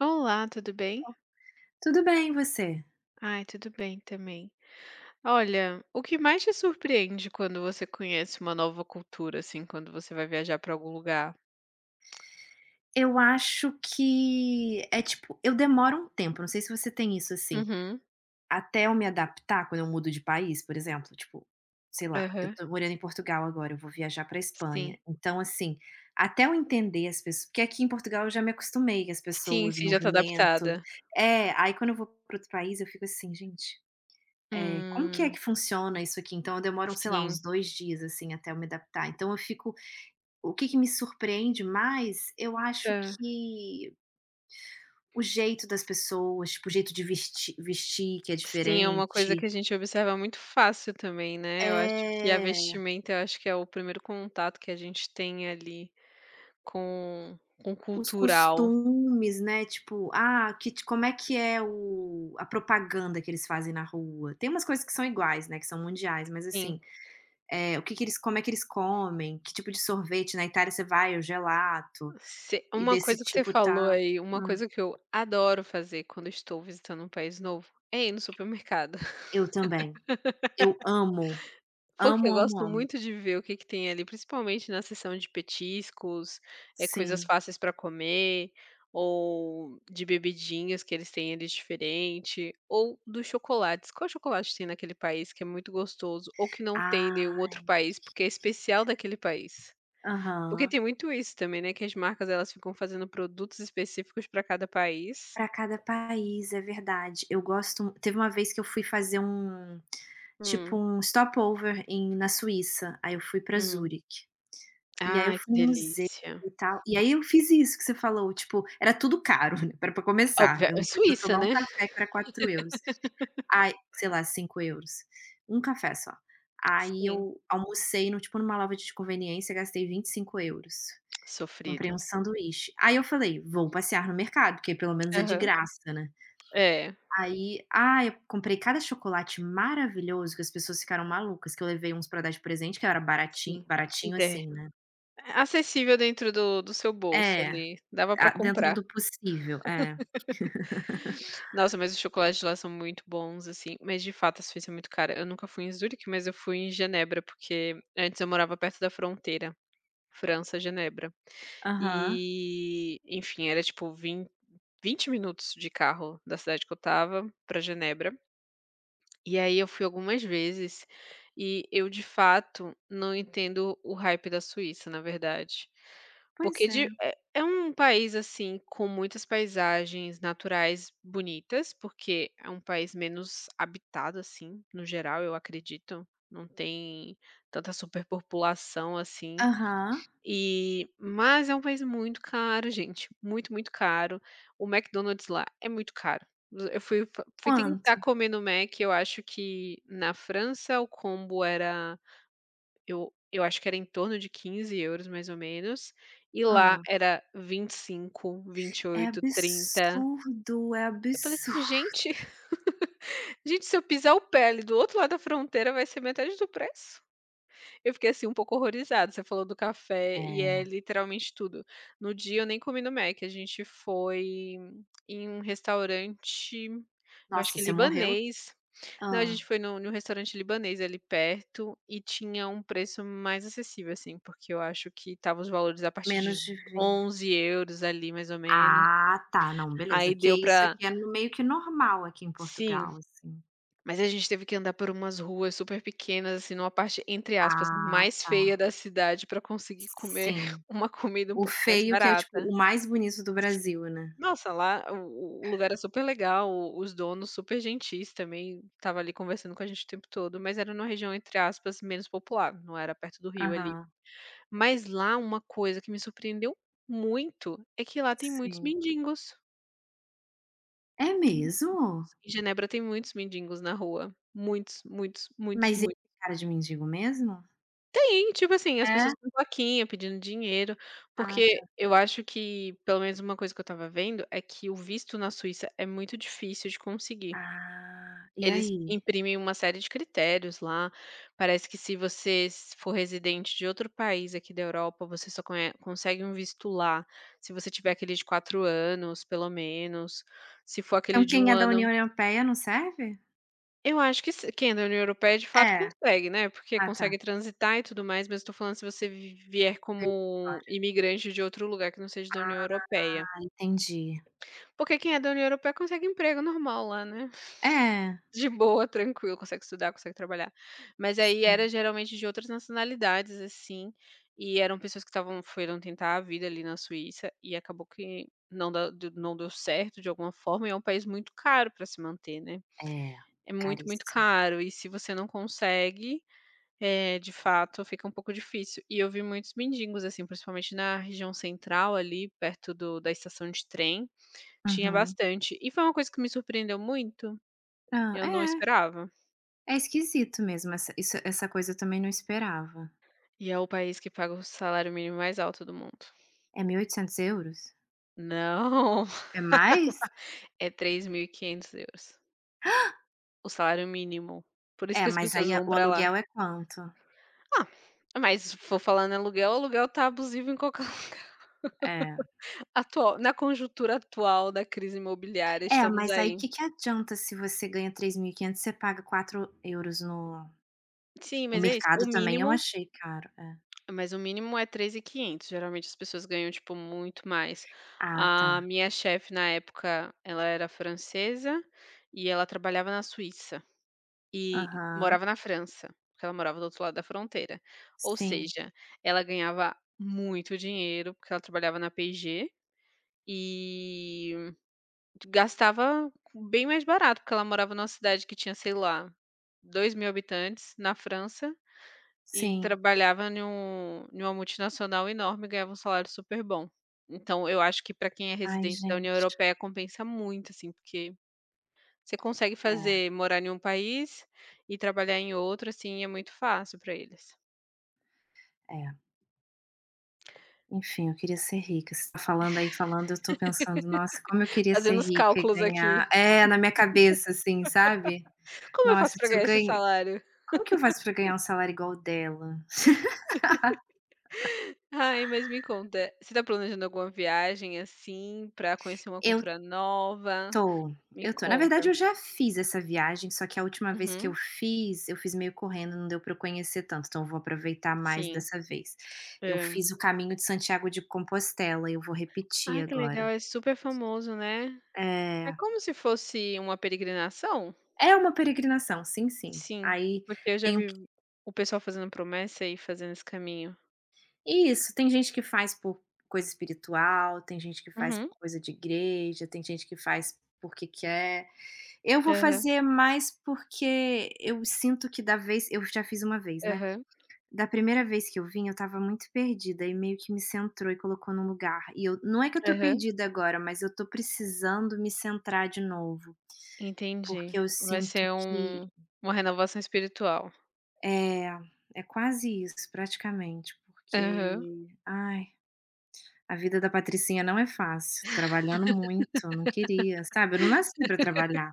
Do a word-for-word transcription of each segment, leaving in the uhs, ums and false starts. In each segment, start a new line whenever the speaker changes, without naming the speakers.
Olá, tudo bem?
Tudo bem, e você?
Ai, tudo bem também. Olha, o que mais te surpreende quando você conhece uma nova cultura, assim, quando você vai viajar pra algum lugar?
Eu acho que é tipo, eu demoro um tempo, não sei se você tem isso assim,
Uhum,
até eu me adaptar quando eu mudo de país, por exemplo, tipo, sei lá, eu
aham,
tô morando em Portugal agora, eu vou viajar pra
sim.
Espanha. Então, assim, até eu entender as pessoas porque aqui em Portugal eu já me acostumei, com as
Sim,
pessoas, o
sim, já tá
movimento
adaptada.
é, aí quando eu vou pra outro país eu fico assim: "Gente, eh, como que é
Hum,
que funciona isso aqui?". Então eu demoro, sei lá, uns
sim.
dois dias, assim, até eu me adaptar. Então eu fico O que que me surpreende mais, eu acho
Hã.
que o jeito das pessoas, tipo, o jeito de vesti vestir que é
Sim, é uma coisa que
diferente,
a gente observa muito fácil também, né, eu acho que a
eh,
vestimenta, eu acho que é o primeiro contato que a gente tem ali com com o
os
cultural.
costumes, né, tipo, ah, que como é que é o a propaganda que eles fazem na rua. Tem umas coisas que são iguais, né, que são mundiais, mas
Sim,
assim, eh, o que que eles como é que eles comem, que tipo de sorvete, na Itália você vai, é o gelato,
Se
e
uma
desse
coisa que você
tipo
falou
tá
aí, uma
hã,
coisa que eu adoro fazer quando estou visitando um país novo, é ir no supermercado.
eu também. Eu amo,
Porque
amo,
eu
amo,
gosto
amo.
muito de ver o que que tem ali, principalmente na seção de petiscos, é coisas
Sim.
fáceis para comer, ou de bebidinhas que eles têm ali diferente, ou dos chocolates. Qual chocolate tem naquele país que é muito gostoso, ou que não tem em nenhum
Ah.
outro país, porque é especial daquele país? Porque
Aham.
tem muito isso também, né, que as marcas elas ficam fazendo produtos específicos para cada país.
Para cada país, é verdade. Eu gosto teve uma vez que eu fui fazer um tipo
Hum,
um stopover em na Suíça, aí eu fui para
hum.
Zurique. E aí eu
Ai, que
fui no museu
delícia.
e tal, e aí eu fiz isso que você falou, tipo, era tudo caro, né, pra começar,
Óbvio,
eu
é
não podia
Suíça,
tomar um
né.
café que era quatro euros. Ai, sei lá, cinco euros. Um café só. Aí
Sim,
eu almocei no tipo, numa loja de conveniência, gastei vinte e cinco euros. Comprei
sofrido.
um sanduíche. Aí eu falei: "Vou passear no mercado, porque pelo menos é de
Aham.
graça, né".
É,
Aí, ah, eu comprei cada chocolate maravilhoso que as pessoas ficaram malucas, que eu levei uns pra dar de presente, que era baratinho
sim. E
baratinho assim, né.
acessível dentro do do seu bolso
É,
ali, dava
a
pra
dentro
comprar.
do possível, é.
Nossa, mas os chocolates de lá são muito bons, assim, mas de fato a Suíça é muito cara. Eu nunca fui em Zurique, mas eu fui em Genebra, porque antes eu morava perto da fronteira, França, Genebra.
Aham.
E, enfim, era tipo vinte 20 minutos de carro da cidade que eu estava pra Genebra. E aí eu fui algumas vezes e eu, de fato, não entendo o hype da Suíça, na verdade. Porque
Pois
de
é.
é é um país, assim, com muitas paisagens naturais bonitas, porque é um país menos habitado, assim, no geral, eu acredito. Não tem tanta superpopulação assim.
Aham.
E mas é um país muito caro, gente, muito, muito caro. O McDonald's lá é muito caro. Eu fui fui tentar
Quanto?
comer no Mac, eu acho que na França o combo era eu eu acho que era em torno de quinze euros mais ou menos, e lá
Ah.
era vinte e cinco,
É
vinte e oito, trinta.
absurdo, é
Eu falei assim:
absurdo.
"Gente, gente, se eu pisar o pé ali do outro lado da fronteira vai ser metade do preço". Eu fiquei, assim, um pouco horrorizada. Você falou do café e é
É.
literalmente tudo. No dia eu nem comi no Mac, a gente foi em um restaurante, eu acho
Nossa,
que é
você morreu.
libanês. Não, a
Ah.
gente foi num num restaurante libanês ali perto e tinha um preço mais acessível, assim, porque eu acho que estava os valores a partir de
Menos de vinte.
onze euros ali, mais ou menos.
Ah, tá. Não, beleza.
Aí
Porque
deu
isso
pra,
aqui é no meio que normal aqui em
sim,
Portugal, assim.
mas a gente teve que andar por umas ruas super pequenas, assim, numa parte, entre aspas,
Ah,
mais
tá.
feia da cidade para conseguir comer
Sim.
uma comida um
O
pouco mais
feio que é, tipo,
barata.
o mais bonito do
Sim.
Brasil, né.
Nossa, lá o o lugar era super legal, o os donos super gentis também, tava ali conversando com a gente o tempo todo, mas era numa região, entre aspas, menos popular, não era perto do rio ali.
Aham,
Mas lá uma coisa que me surpreendeu muito, é que lá tem muitos
sim.
mendigos,
É
muitos
mesmo?
mendigos. Em Genebra tem muitos mendigos na rua, muitos, muitos, muitos,
Mas ele
muitos.
tem cara de mendigo mesmo?
Sim, tipo assim, as
É?
pessoas com plaquinha pedindo dinheiro,
Ah,
porque
tá.
eu acho que, pelo menos uma coisa que eu estava vendo, é que o visto na Suíça é muito difícil de conseguir.
Ah, e
Eles
aí?
imprimem uma série de critérios lá, parece que se você s- for residente de outro país aqui da Europa, você só conhe- consegue um visto lá, se você tiver aquele de quatro anos, pelo menos, se for aquele
Então
de um
quem é da
ano,
União Europeia não serve?
eu acho que se quem é da União Europeia de fato
É.
consegue, né, porque
Ah, tá.
consegue transitar e tudo mais, mas eu tô falando se você vi vier
Veio de
como
fora.
imigrante de outro lugar que não seja da União Europeia.
Entendi.
Porque quem é da União Europeia consegue emprego normal lá, né.
É,
De boa, tranquilo, consegue estudar, consegue trabalhar. Mas aí era
sim.
geralmente de outras nacionalidades, assim, e eram pessoas que estavam foram tentar a vida ali na Suíça e acabou que não da não deu certo de alguma forma e é um país muito caro para se manter, né.
É,
É muito, muito
caríssimo.
caro e se você não consegue, eh, de fato fica um pouco difícil. E eu vi muitos mendigos, assim, principalmente na região central ali, perto do da estação de trem, tinha
Uhum.
bastante. E foi uma coisa que me surpreendeu muito,
Ah,
eu não
é.
esperava.
É esquisito mesmo essa isso essa coisa eu também não esperava.
E é o país que paga o salário mínimo mais alto do mundo.
É mil e oitocentos euros?
Não,
É mais?
é três mil e quinhentos euros, o salário mínimo. Por isso
É,
que as
mas
pessoas
aí a
vão
o
pra lá.
aluguel é quanto?
Ah, mas se for falar em aluguel, o aluguel tá abusivo em qualquer
É.
atual, na conjuntura atual da crise imobiliária,
É,
estamos
mas aí o
aí.
que que adianta se você ganha três mil e quinhentos você paga quatro euros no
Sim,
o
mas é isso, o
mercado também eu
mínimo
achei caro, é.
mas o mínimo é três mil e quinhentos, geralmente as pessoas ganham, tipo, muito mais.
Ah,
A
tá.
minha chefe na época, ela era francesa e ela trabalhava na Suíça e
Aham.
morava na França, porque ela morava do outro lado da fronteira. Ou
Sim,
seja, ela ganhava muito dinheiro, porque ela trabalhava na P e G, e gastava bem mais barato, porque ela morava numa cidade que tinha, sei lá, dois mil habitantes, na França, e
sim.
trabalhava em um em uma multinacional enorme e ganhava um salário super bom. Então eu acho que para quem é
Ai,
residente da União
gente.
Europeia compensa muito, assim, porque você consegue
É,
fazer morar em um país e trabalhar em outro, assim, é muito fácil para eles.
é. Enfim, eu queria ser rica. Você tá falando aí, falando, eu tô pensando: "Nossa, como eu queria ser
Fazendo os
rica e
cálculos
ganhar".
aqui.
É, na minha cabeça, assim, sabe?
Como eu
Nossa,
faço para
se eu
ganhar esse
ganho,
salário?
como que eu faço pra ganhar um salário igual o dela?
Ai, mas me conta, você tá planejando alguma viagem, assim, pra conhecer uma
Eu
cultura nova?
tô,
Me
eu tô. Na verdade,
conta.
eu já fiz essa viagem, só que a última vez que eu
Uhum,
fiz, eu fiz meio correndo, não deu pra eu conhecer tanto, então eu vou aproveitar mais
sim.
dessa vez. Eu
Hã.
fiz o caminho de Santiago de Compostela e eu vou repetir
Ai, que legal,
agora.
é super famoso, né. É
É,
como se fosse uma peregrinação?
é uma peregrinação, sim, sim.
Sim,
Aí
porque eu já
tem o
vi
que
o pessoal fazendo promessa e fazendo esse caminho.
isso, tem gente que faz por coisa espiritual, tem gente que faz
Uhum.
por coisa de igreja, tem gente que faz porque quer. Eu vou
Aham,
fazer mais porque eu sinto que da vez eu já fiz uma vez, né.
aham,
Da primeira vez que eu vim, eu estava muito perdida e meio que me centrou e colocou num lugar e eu não é que eu tô
aham.
perdida agora, mas eu tô precisando me centrar de novo,
Entendi.
porque eu
Vai
sinto
ser
que
um uma renovação espiritual.
é, é quase isso, praticamente,
Aham.
porque, ai, a vida da Patricinha não é fácil, trabalhando muito, não queria, sabe, eu não nasci pra trabalhar.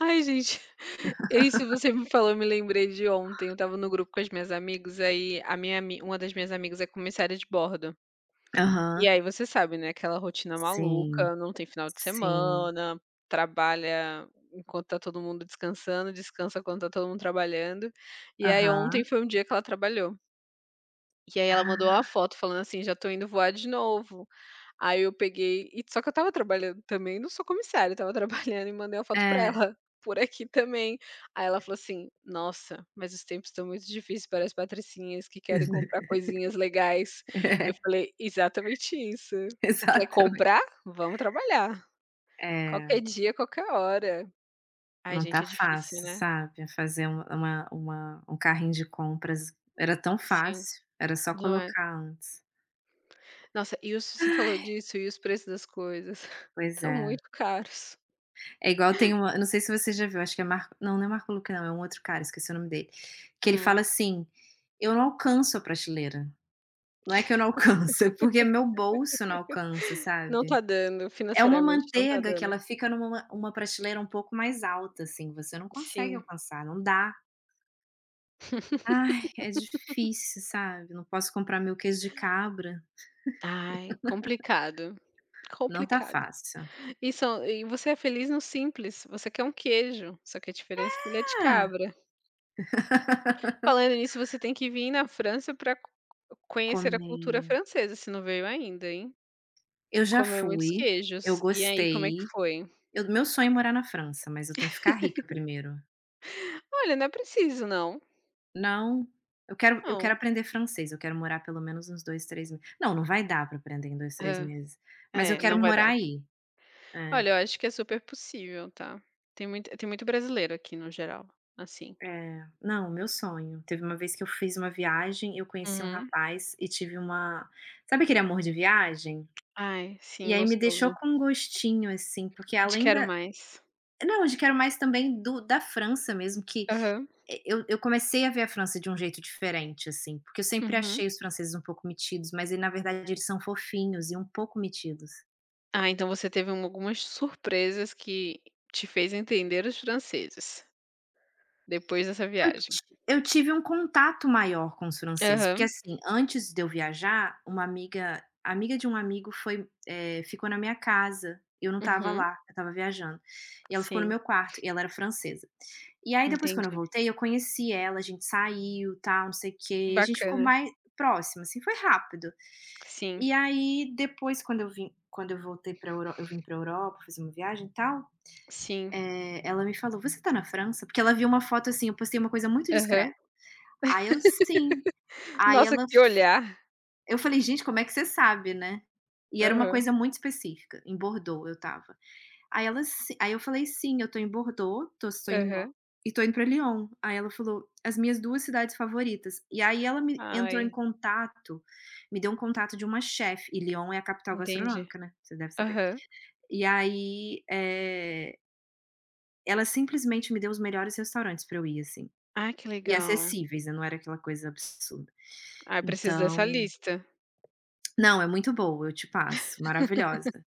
Ai, gente, isso você me falou, eu me lembrei de ontem, eu estava no grupo com as minhas amigas, aí a minha ami uma das minhas amigas é comissária de bordo. E
Aham.
aí você sabe, né, aquela rotina
Sim,
maluca, não tem final de
sim.
semana, trabalha enquanto tá todo mundo descansando, descansa quando tá todo mundo trabalhando. E aí ontem
Aham.
foi um dia que ela trabalhou. E aí ela mandou
Ah,
uma foto falando assim: "Já tô indo voar de novo". Aí eu peguei e só que eu estava trabalhando também, não sou comissária, eu estava trabalhando e mandei uma foto pra
é.
ela, por aqui também. Aí ela falou assim: "Nossa, mas os tempos estão muito difíceis para as patricinhas que querem comprar coisinhas legais". Eu falei: "Exatamente isso. Quer
exatamente.
comprar? Vamos trabalhar.
É,
Qualquer dia, qualquer hora". Ai,
não
gente,
tá
é difícil,
fácil,
né.
sabe, fazer um uma uma um carrinho de compras era tão
Sim,
fácil, era só
não é.
colocar antes.
Nossa, e os você falou disso, e os preços das coisas
Pois
estão
é.
muito caros.
É igual tem uma eu não sei se você já viu, acho que é Marco não, não é Marco Luque não, é um outro cara, esqueci o nome dele, que ele
Hum.
fala assim: "Eu não alcanço a prateleira". Não é que eu não alcanço, é porque meu bolso não alcança,
Não
sabe.
tá dando,
É uma
financeiramente não tá
manteiga que
dando.
ela fica numa uma prateleira um pouco mais alta, assim, você não consegue
Sim.
alcançar, não dá. Ai, é difícil, sabe, não posso comprar meu queijo de cabra,
Ai, complicado,
não tá
complicado.
fácil.
E são, e você é feliz no simples, você quer um queijo, só que a diferença é que ele é de
Ah,
cabra. Falando nisso, você tem que vir na França para conhecer a cultura
comer
francesa, se não veio ainda, hein.
eu já
Comer muitos
fui, eu
queijos. E aí, como é que
gostei,
foi?
eu meu sonho é morar na França, mas eu tenho que ficar rica primeiro.
Olha, não é preciso não,
Não, eu quero eu quero
não.
aprender francês, eu quero morar pelo menos uns dois, três meses. Não, não vai dar pra aprender em dois, três
Hã.
meses, mas eu
É,
quero
não vai dar.
morar aí. É,
Olha, eu acho que é super possível, tá. Tem muito tem muito brasileiro aqui no geral, assim.
é. Não, meu sonho. Teve uma vez que eu fiz uma viagem, eu conheci um
Uhum.
rapaz e tive uma sabe aquele amor de viagem?
Ai,
E
sim,
aí me deixou
gostoso.
com um gostinho, assim, porque
Te
além
quero
da
mais.
não, de Quero Mais também do da França mesmo, que
Aham.
eh, eu eu comecei a ver a França de um jeito diferente, assim, porque eu sempre
Uhum.
achei os franceses um pouco metidos, mas ele na verdade eles são fofinhos e um pouco metidos.
Ah, então você teve um algumas surpresas que te fez entender os franceses, depois dessa
Eu ti
viagem.
eu tive um contato maior com os franceses, porque,
Aham.
assim, antes de eu viajar, uma amiga a amiga de um amigo foi, eh, ficou na minha casa, eu não estava
Uhum.
lá, eu estava viajando, e ela ficou no
Sim,
meu quarto, e ela era francesa. E aí depois quando eu
entendi.
voltei, eu conheci ela, a gente saiu, tal, não sei o quê, a gente ficou
Bacana.
mais próxima, assim, foi rápido.
Sim,
E aí depois quando eu vim quando eu voltei para eu vim para Europa fazer uma viagem e tal,
sim.
eh, ela me falou: "Você tá na França?" Porque ela viu uma foto, assim, eu postei uma coisa muito
Aham.
discreta. Aí eu: "Sim". Aí
Nossa,
ela
que olhar.
eu falei: "Gente, como é que você sabe, né?". E era uma
Aham,
coisa muito específica, em Bordeaux eu estava. Aí ela: "Si", aí eu falei: "Sim, eu tô em Bordeaux, tô estou indo embo
aham.
e tô indo pra Lyon". Aí ela falou: "As minhas duas cidades favoritas". E aí ela me entrou em
Ai,
contato, me deu um contato de uma chefe e Lyon é a capital
entendi.
gastronômica, né, você deve saber.
Aham.
E aí, eh, ela simplesmente me deu os melhores restaurantes pra eu ir, assim,
Ai, que
e
legal.
acessíveis, né, não era aquela coisa absurda.
Ah, preciso dessa
Então.
lista,
Não, é muito boa, eu te passo, maravilhosa.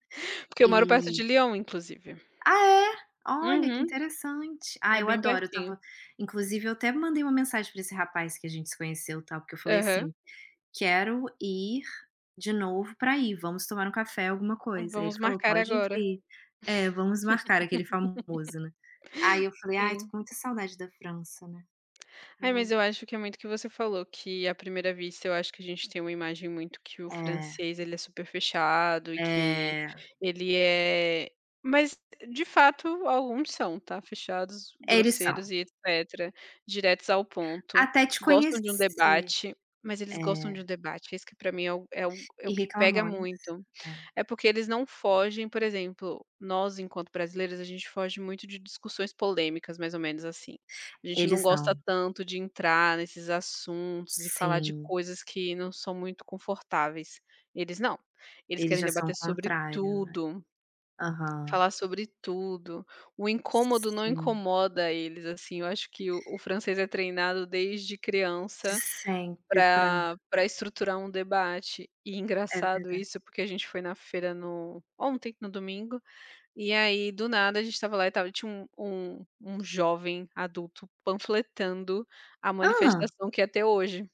porque eu moro perto
E,
de Lyon, inclusive.
ah, é? Olha, que
Uhum.
interessante. Ah,
É
eu
bem
adoro, eu
pertinho.
estava inclusive eu até mandei uma mensagem para esse rapaz que a gente se conheceu, tal, porque eu falei
Aham.
assim: "Quero ir de novo pra ir, vamos tomar um café, alguma coisa". Aí ele
Vamos
falou:
marcar
"Pode
agora.
vir". É, vamos marcar, aquele famoso, né. Aí eu falei: "Ai, tô
Sim.
com muita saudade da França, né,
Ai, mas
muito".
eu acho que é muito o que você falou, que à primeira vista eu acho que a gente tem uma imagem muito que o
É,
francês, ele é super fechado. E que
é,
ele é, mas de fato alguns são, tá, fechados,
é, eles são.
grosseiros e etcétera, diretos ao ponto,
Até te
gostam de um
conhecer.
debate, mas
É,
eles gostam de um debate, é isso que pra mim é o é o é o
e
que pega
reclamões.
muito.
É.
É porque eles não fogem, por exemplo, nós enquanto brasileiros, a gente foge muito de discussões polêmicas, mais ou menos assim. A gente não
Eles
gosta
não.
tanto de entrar nesses assuntos e falar de
Sim,
coisas que não são muito confortáveis. Eles não. Eles
eles
querem
já são
debater
o
sobre
contrário, né.
tudo,
Aham.
falar sobre tudo. O incômodo não
Sim,
incomoda eles, assim. Eu acho que o, o francês é treinado desde
de
criança
sempre pra
Pra pra estruturar um debate. E
é
engraçado
verdade.
isso, porque a gente foi na feira no ontem, no domingo, e aí do nada a gente estava lá e tava tinha um um um jovem adulto panfletando a
Hã?
manifestação que ia ter hoje.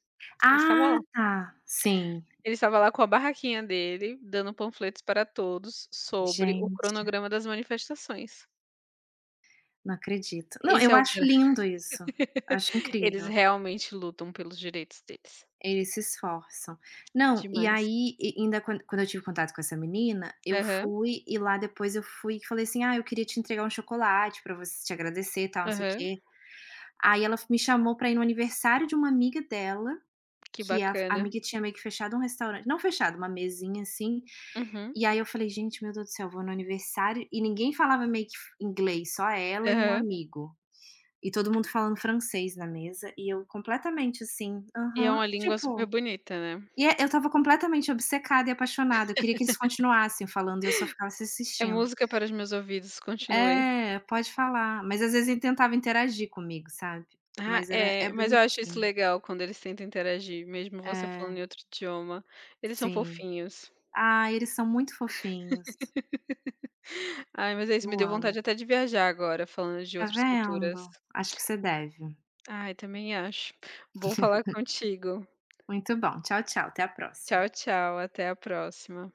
Ele estava lá.
Ah, tá. Sim.
Ele estava lá com a barraquinha dele, dando panfletos para todos sobre o
Gente,
cronograma das manifestações.
não acredito. Não,
Esse
eu
é o
acho
gran
lindo isso. Acho
Eles
incrível.
realmente lutam pelos direitos deles.
Eles se esforçam. Não, e
Demais.
aí e ainda quan quando eu tive contato com essa menina, eu
Aham,
fui e lá depois eu fui e falei assim: "Ah, eu queria te entregar um chocolate pra você te agradecer e tal, não sei o
aham.
quê". Aí ela me chamou pra ir no aniversário de uma amiga dela.
Que
Que a a
bacana.
amiga tinha meio que fechado um restaurante não fechado, uma mesinha, assim,
Uhum.
e aí eu falei: "Gente, meu Deus do céu, vou no aniversário" e ninguém falava meio que f inglês, só ela e um
Aham.
amigo. E todo mundo falando francês na mesa, e eu completamente assim
E é
aham,
uma língua super
tipo
bonita, né.
e é eu estava completamente obcecada e apaixonada, eu queria que eles continuassem falando e eu só ficava se
É
assistindo.
música para os meus ouvidos, continuem.
É, pode falar, mas às vezes ele tentava interagir comigo, sabe.
Ah,
Mas era é
é, mas eu acho isso
bonitinho.
legal quando eles tentam interagir, mesmo você
É,
falando em outro idioma. Eles são
sim.
fofinhos.
Ai, eles são muito fofinhos.
Ai, mas é isso, me
Eu
deu
amo.
vontade até de viajar agora, falando de
Tá
outras culturas.
vendo? Acho que você deve.
Ai, também acho. Bom falar contigo.
Muito bom. Tchau, tchau. Até a próxima.
Tchau, tchau, até a próxima.